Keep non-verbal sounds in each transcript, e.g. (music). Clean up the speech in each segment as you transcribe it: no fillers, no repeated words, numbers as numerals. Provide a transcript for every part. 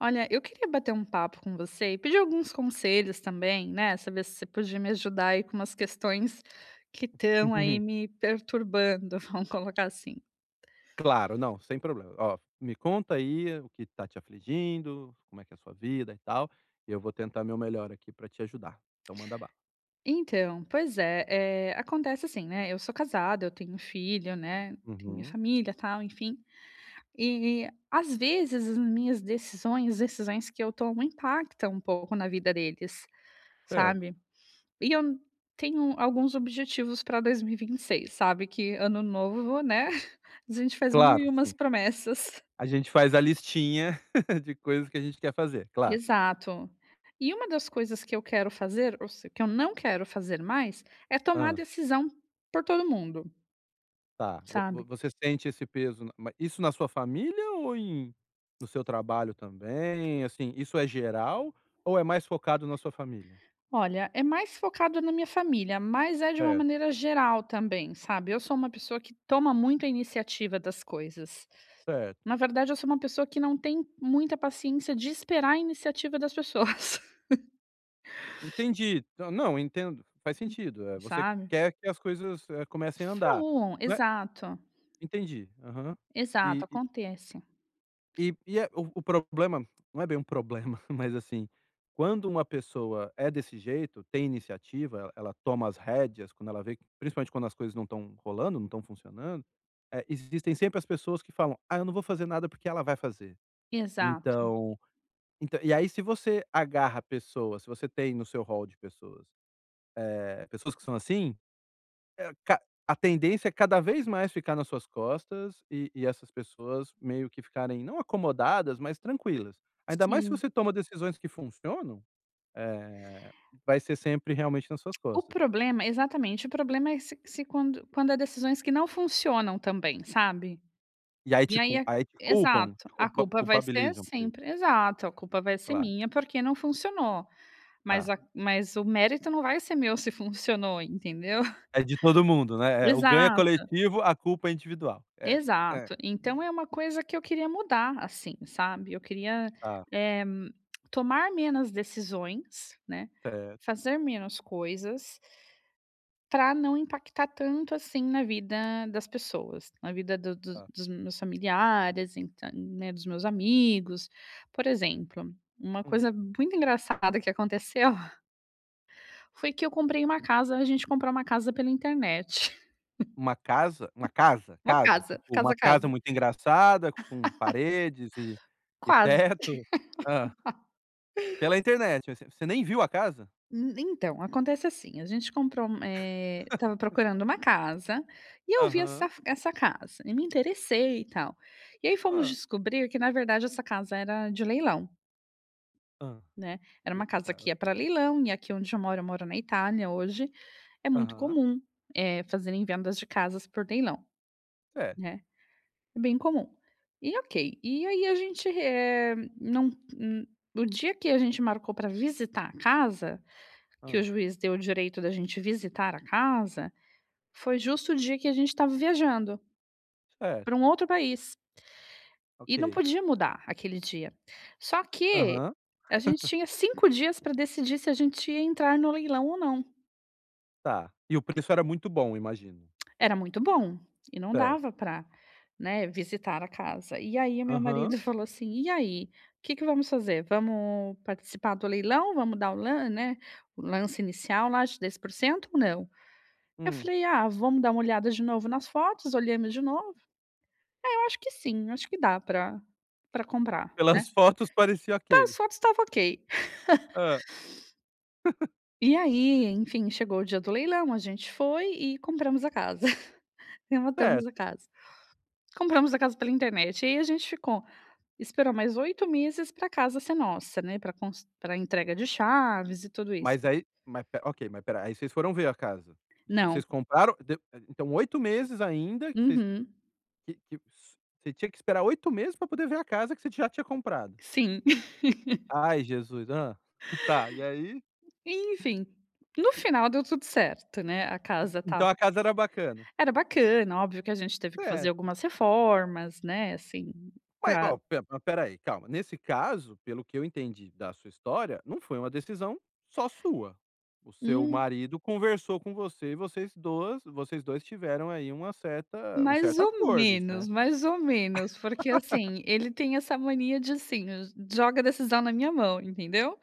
Olha, eu queria bater um papo com você e pedir alguns conselhos também, né, saber se você podia me ajudar aí com umas questões que estão aí (laughs) me perturbando, (laughs) vamos colocar assim. Claro, não, sem problema. Ó, me conta aí o que tá te afligindo, como é que é a sua vida e tal, e eu vou tentar meu melhor aqui para te ajudar. Então manda bala. Então, pois é, acontece assim, né, eu sou casada, eu tenho filho, né, tenho minha Uhum, família, tal, enfim. E às vezes as minhas decisões que eu tomo impactam um pouco na vida deles, certo. sabe? E eu tenho alguns objetivos para dois mil e vinte e seis, sabe, que ano novo, né, (laughs) a gente faz mil e Claro, sim. umas promessas. A gente faz a listinha (laughs) de coisas que a gente quer fazer, claro. Exato. E uma das coisas que eu quero fazer, ou se que eu não quero fazer mais, é tomar Ah, decisão por todo mundo, tá. Vo sabe. vo você sente esse peso na ma isso na sua família ou no seu trabalho também? Assim, isso é geral ou é mais focado na sua família? Olha, é mais focado na minha família, mas é de uma Certo, maneira geral também, sabe. Eu sou uma pessoa que toma muito a iniciativa das coisas. certo. Na verdade, eu sou uma pessoa que não tem muita paciência de esperar a iniciativa das pessoas, Entendi. Não, não, entendo, faz sentido. (laughs) Você sabe. quer que as coisas, comecem a andar, Fluam, não é? exato, Entendi, aham. exato, E e acontece. e é o problema, não é bem um problema, (laughs) mas assim, quando uma pessoa é desse jeito, tem iniciativa, ela toma as rédeas quando ela vê que, principalmente quando as coisas não estão rolando, não estão funcionando, existem sempre as pessoas que falam: "Ah, eu não vou fazer nada porque ela vai fazer". Exato, Então então e aí, se você agarra a pessoa, se você tem no seu rol de pessoas, pessoas que são assim, eh, ca a tendência é cada vez mais ficar nas suas costas, e essas pessoas meio que ficarem não acomodadas, mas tranquilas. Ainda mais se sim. você toma decisões que funcionam, eh, vai ser sempre realmente nas suas O costas. problema exatamente, o problema é se quando há decisões que não funcionam também, sabe. E aí E te aí, cul a aí te culpam, exato, te a culpa culpa vai ser culpabilizam por isso. sempre, exato, a culpa vai ser Claro, minha porque não funcionou, mas tá. a mas o mérito não vai ser meu se funcionou, entendeu? (laughs) É de todo mundo, né. É, o ganho é Exato. coletivo, a culpa é individual. É, é. Exato. Então é uma coisa que eu queria mudar, assim, sabe. Eu queria, Tá, eh, tomar menos decisões, né, certo. fazer menos coisas, para não impactar tanto, assim, na vida das pessoas, na vida do do Tá. dos meus familiares, então, né, dos meus amigos. Por exemplo, uma Hum. coisa muito engraçada que aconteceu (laughs) foi que eu comprei uma casa a gente comprou uma casa pela internet. (laughs) Uma casa, uma casa Uma casa, casa, tipo, casa, uma casa casa. muito engraçada com paredes e Quase. teto. Hã. Pela internet, você nem viu a casa? Então, acontece assim, a gente estava procurando uma casa, e eu vi essa Aham. essa casa, e me interessei e tal. E aí fomos Hã, descobrir que na verdade essa casa era de leilão, hã. né, era E uma casa tá, que ia para ok. leilão, e aqui onde eu moro na Itália hoje, é muito Aham. comum, fazerem vendas de casas por leilão, Certo. né, é bem comum. E ok, e aí a gente, não, o dia que a gente marcou para visitar a casa, que o Hã. juiz deu o direito da gente visitar a casa, foi justo o dia que a gente estava viajando para um Certo, outro país ok. e não podia mudar aquele dia. Só que Aham, a gente tinha 5 dias para decidir se a gente ia entrar no leilão ou não. tá. E o preço era muito bom, imagino. Era muito bom e não Certo. dava para, né, visitar a casa. E aí o meu Aham. marido (laughs) falou assim: "E aí, o que que vamos fazer? Vamos participar do leilão? Vamos dar o o lance inicial lá de 10% ou não?" Eu Hum. falei: "Ah, vamos dar uma olhada de novo nas fotos", olhamos de novo, "É, eu acho que sim, acho que dá pra comprar", né. Pelas (laughs) fotos parecia Tá, ok. as fotos estavam ok. Hã. E aí, enfim, chegou o dia do leilão, a gente foi e compramos a casa, (laughs) rematamos a Certo. casa. Compramos a casa pela internet, e aí a gente ficou esperou mais 8 meses pra casa ser nossa, né, pra entrega de chaves e tudo isso. Mas aí, mas pe ok, mas espera, aí vocês foram ver a casa? Tipo, Não. vocês compraram de então 8 meses ainda que Uhum. Que que s você tinha que esperar 8 meses pra poder ver a casa que você já tinha comprado. Sim. (laughs) Ai, Jesus. Hã. (laughs) Tá, e aí? Enfim, no final deu tudo certo, né, a casa estava Então a casa era bacana. era bacana, óbvio que a gente teve que fazer Certo. algumas reformas, né, assim, Mas pra bom, pe mas espera aí, calma. Nesse caso, pelo que eu entendi da sua história, não foi uma decisão só sua. O seu hum, marido conversou com você, e vocês dois tiveram aí uma certa, um certo acordo. Mais ou menos, porque, assim, ele tem essa mania de, assim, joga a decisão na minha mão, entendeu?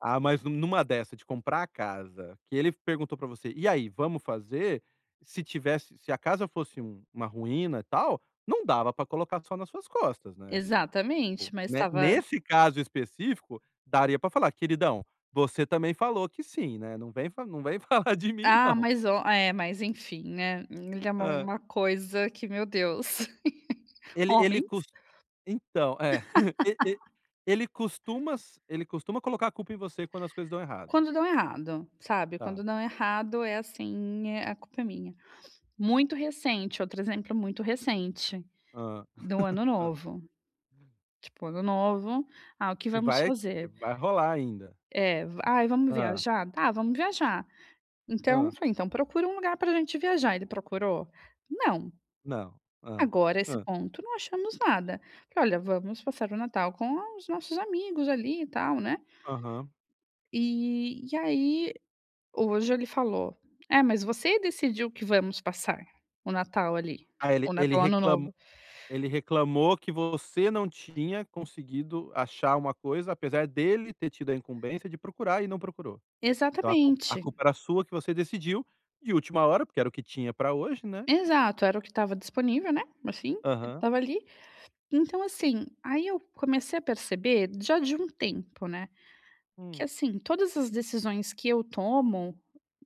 Ah, mas nu numa dessa de comprar a casa, que ele perguntou pra você: "E aí, vamos fazer?", se tivesse, se a casa fosse uma ruína e tal, não dava pra colocar só nas suas costas, né. Exatamente, Tipo, mas ne estava nesse caso específico, daria pra falar: "Queridão, você também falou que sim, né, não vem fa não vem (laughs) falar de mim ah, não". mas o é, mas enfim, né, ele é uma Hã. uma coisa que, meu Deus. (laughs) Ele ele Homens, cos Então, é. (laughs) E ele costuma colocar a culpa em você quando as coisas dão errado. quando dão errado, sabe, Tá. quando dão errado é assim, a culpa é minha. Muito recente, outro exemplo muito recente, Hã, do ano hã. novo. Tipo, ano novo, ah, o que E vamos vai que fazer? vai rolar ainda. É, v "Ai, vamos Hã, viajar? Tá, vamos viajar". Então, eu hã, falei: "Então procura um lugar pra gente viajar". Ele procurou? Não. não, hã, Agora, esse hã, ponto, não achamos nada. Falei: "Olha, vamos passar o Natal com os nossos amigos ali e tal, né". aham. E aí, hoje ele falou: "É, mas você decidiu que vamos passar o Natal ali, Ah, ele o ele Natal, Ano reclamou Novo". ele reclamou que você não tinha conseguido achar uma coisa, apesar dele ter tido a incumbência de procurar e não procurou. Então a culpa a Exatamente. culpa era sua, que você decidiu de última hora, porque era o que tinha pra hoje, né. Exato, era o que estava disponível, né, assim, que Aham. estava ali. Então, assim, aí eu comecei a perceber, já de um tempo, né, que Hum. assim, todas as decisões que eu tomo,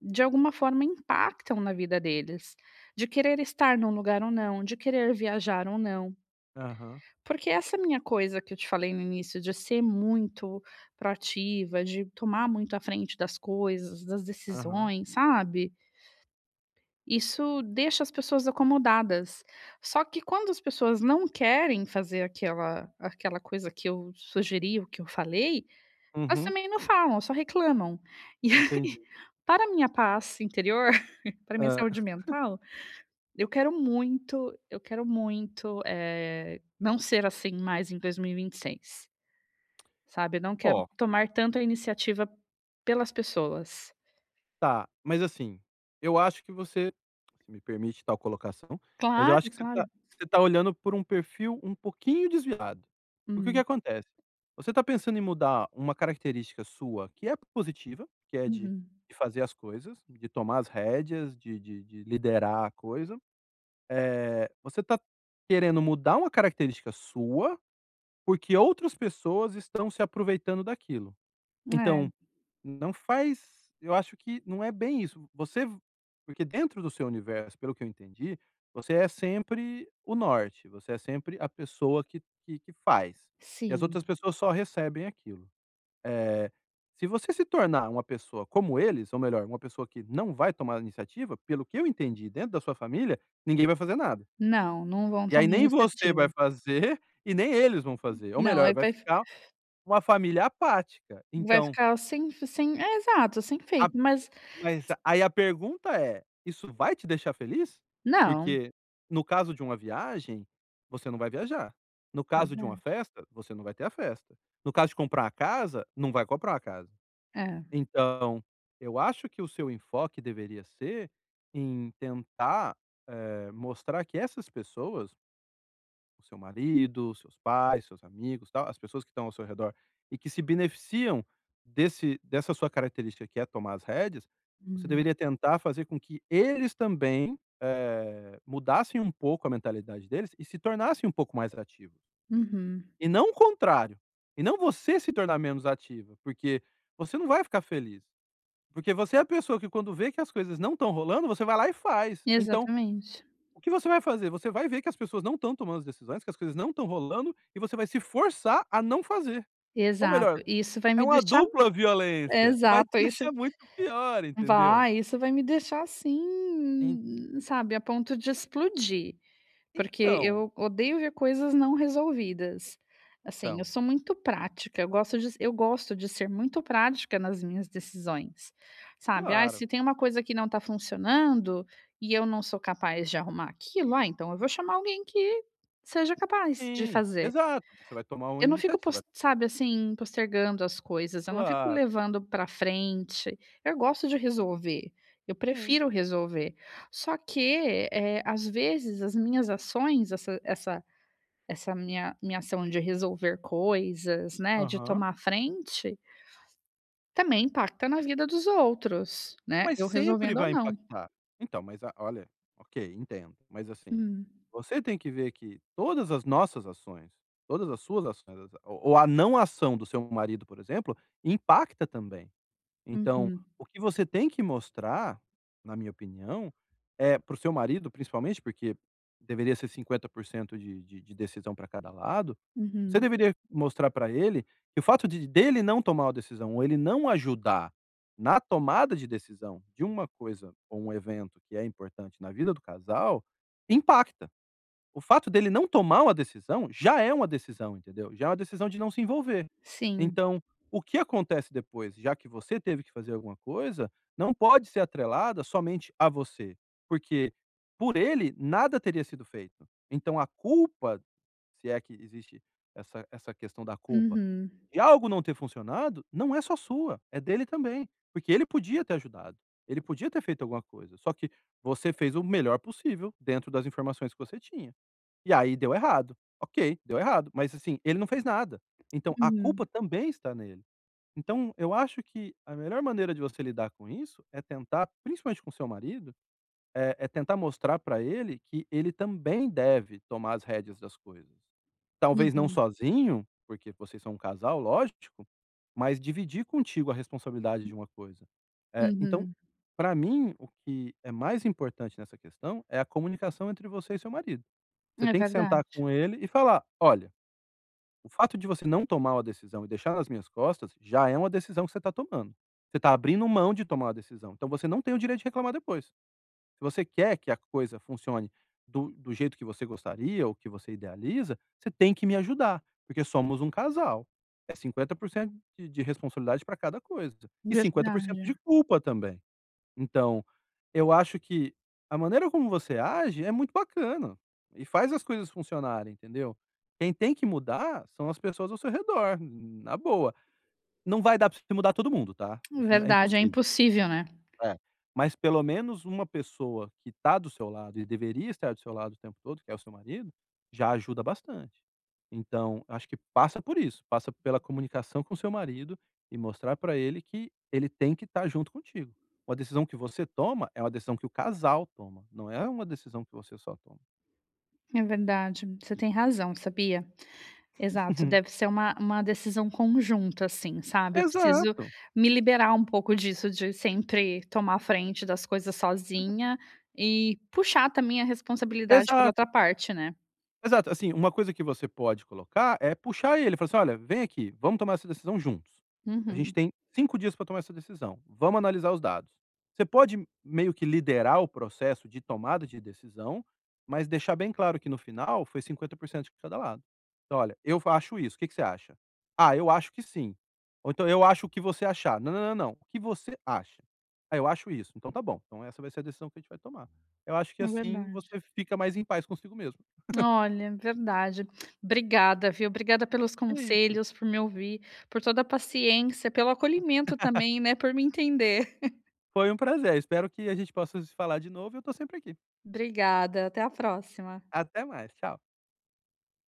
de alguma forma impactam na vida deles, de querer estar num lugar ou não, de querer viajar ou não. Aham, Porque essa minha coisa que eu te falei no início, de ser muito proativa, de tomar muito à frente das coisas, das aham. decisões, sabe? Isso deixa as pessoas acomodadas. Só que quando as pessoas não querem fazer aquela coisa que eu sugeri, o que eu falei, elas Uhum, também não falam, só reclamam. E aí, entendi. (laughs) para a minha paz interior, (laughs) para a minha Hã. saúde mental, eu quero muito, não ser assim mais em dois mil e vinte e seis, sabe. Eu não quero Ó, tomar tanto a iniciativa pelas pessoas. tá, mas assim, eu acho que você, se me permite tal colocação, mas eu Claro, acho que você claro. tá, olhando por um perfil um pouquinho desviado. Porque o que Hum, acontece? Você tá pensando em mudar uma característica sua que é positiva, que é de uhum. Fazer as coisas, de tomar as rédeas, de liderar a coisa. Você tá querendo mudar uma característica sua, porque outras pessoas estão se aproveitando daquilo. Então É, não faz eu acho que não é bem isso. Você Porque dentro do seu universo, pelo que eu entendi, você é sempre o norte, você é sempre a pessoa que faz, e as sim. outras pessoas só recebem aquilo. Eh, Se você se tornar uma pessoa como eles, ou melhor, uma pessoa que não vai tomar iniciativa, pelo que eu entendi dentro da sua família, ninguém vai fazer nada. Não, não vão E aí tomar nem você iniciativa. vai fazer e nem eles vão fazer, ou Não, melhor, aí vai vai fi ficar uma família apática. vai Então, ficar sem é, exato, sem feito, mas mas aí a pergunta é: isso vai te deixar feliz? não, Porque no caso de uma viagem, você não vai viajar. No caso de uma verdade. festa, você não vai ter a festa. No caso de comprar a casa, não vai comprar a casa. É. Então, eu acho que o seu enfoque deveria ser em tentar, mostrar que essas pessoas, o seu marido, seus pais, seus amigos, tal, as pessoas que estão ao seu redor e que se beneficiam desse dessa sua característica que é tomar as rédeas, você Uhum. deveria tentar fazer com que eles também, mudassem um pouco a mentalidade deles e se tornassem um pouco mais ativos. Uhum. E não o contrário, e não você se tornar menos ativa, porque você não vai ficar feliz, porque você é a pessoa que, quando vê que as coisas não estão rolando, você vai lá e faz. Então Exatamente. o que você vai fazer? Você vai ver que as pessoas não estão tomando as decisões, que as coisas não estão rolando, e você vai se forçar a não fazer. Ou Exato. melhor, Isso vai é me uma deixar. dupla violência, vai te Exato, (laughs) isso deixar muito pior, entendeu. vai, isso vai me deixar En assim, sabe, a ponto de explodir. Porque então, eu odeio ver coisas não resolvidas. Assim, eu então, sou muito prática, eu gosto de ser muito prática nas minhas decisões, sabe. Ah, claro. se tem uma coisa que não está funcionando, e eu não sou capaz de arrumar aquilo, ah, então eu vou chamar alguém que seja capaz de Sim, fazer. exato, você vai tomar uma Eu não fico pos iniciativa. sabe, assim, postergando as coisas, eu não fico Claro, levando pra frente. Eu gosto de resolver, eu sim. prefiro resolver. Só que, às vezes as minhas ações, essa minha ação de resolver coisas, né, de Aham. tomar frente, também impacta na vida dos outros, né, Mas eu sempre resolvendo ou vai não. impactar. Então, mas a olha, ok, entendo, mas assim, Hum. você tem que ver que todas as nossas ações, todas as suas ações, ou a não ação do seu marido, por exemplo, impacta também. Então, Uhum, o que você tem que mostrar, na minha opinião, é para o seu marido, principalmente, porque deveria ser 50% de decisão para cada lado. Você uhum. deveria mostrar para ele que o fato de dele não tomar uma decisão, ou ele não ajudar na tomada de decisão de uma coisa ou um evento que é importante na vida do casal, impacta. O fato dele não tomar uma decisão já é uma decisão, entendeu? Já é uma decisão de não se envolver. Sim. Então, o que acontece depois, já que você teve que fazer alguma coisa, não pode ser atrelada somente a você, porque por ele nada teria sido feito. Então a culpa, se é que existe essa questão da culpa, Uhum, de algo não ter funcionado, não é só sua, é dele também, porque ele podia ter ajudado, ele podia ter feito alguma coisa, só que você fez o melhor possível dentro das informações que você tinha. E aí deu errado. Ok, deu errado, mas assim, ele não fez nada. Então a uhum, culpa também está nele. Então eu acho que a melhor maneira de você lidar com isso é tentar, principalmente com seu marido, é tentar mostrar para ele que ele também deve tomar as rédeas das coisas. Talvez não uhum, sozinho, porque vocês são um casal, lógico, mas dividir contigo a responsabilidade de uma coisa. Então, uhum. para mim, o que é mais importante nessa questão é a comunicação entre você e seu marido. Você É tem que sentar verdade, com ele e falar: "Olha, o fato de você não tomar uma decisão e deixar nas minhas costas já é uma decisão que você está tomando. Você está abrindo mão de tomar uma decisão, então você não tem o direito de reclamar depois. Se você quer que a coisa funcione do jeito que você gostaria ou que você idealiza, você tem que me ajudar, porque somos um casal. É 50% de responsabilidade para cada coisa e 50% de verdade. culpa também". Então, eu acho que a maneira como você age é muito bacana e faz as coisas funcionarem, entendeu? Quem tem que mudar são as pessoas ao seu redor, na boa. Não vai dar pra você mudar todo mundo, tá? Isso é Verdade, é impossível. impossível, né. É, mas pelo menos uma pessoa que tá do seu lado e deveria estar do seu lado o tempo todo, que é o seu marido, já ajuda bastante. Então, acho que passa por isso, passa pela comunicação com o seu marido e mostrar para ele que ele tem que estar junto contigo. Uma decisão que você toma é uma decisão que o casal toma, não é uma decisão que você só toma. É verdade, você tem razão, sabia. Exato, deve (laughs) ser uma decisão conjunta, assim, sabe. Eu preciso Exato, me liberar um pouco disso de sempre tomar a frente das coisas sozinha e puxar também a responsabilidade para outra exato. parte, né. Exato, assim, uma coisa que você pode colocar é puxar ele, falar assim: "Olha, vem aqui, vamos tomar essa decisão juntos. A gente Uhum, tem 5 dias para tomar essa decisão. Vamos analisar os dados". Você pode meio que liderar o processo de tomada de decisão, mas deixar bem claro que no final foi 50% de cada lado. Então: "Olha, eu acho isso, o que que você acha?". "Ah, eu acho que sim". Ou então: "Eu acho o que você achar". "Não, não, não, não, o que você acha?". "Ah, eu acho isso". "Então tá bom, então essa vai ser a decisão que a gente vai tomar". Eu acho que é assim verdade. você fica mais em paz consigo mesmo. Olha, verdade. Obrigada, viu. Obrigada pelos É isso. conselhos, por me ouvir, por toda a paciência, pelo acolhimento também, né, por me entender. Foi um prazer, espero que a gente possa se falar de novo, eu estou sempre aqui. (laughs) Obrigada, até a próxima. Até mais, tchau.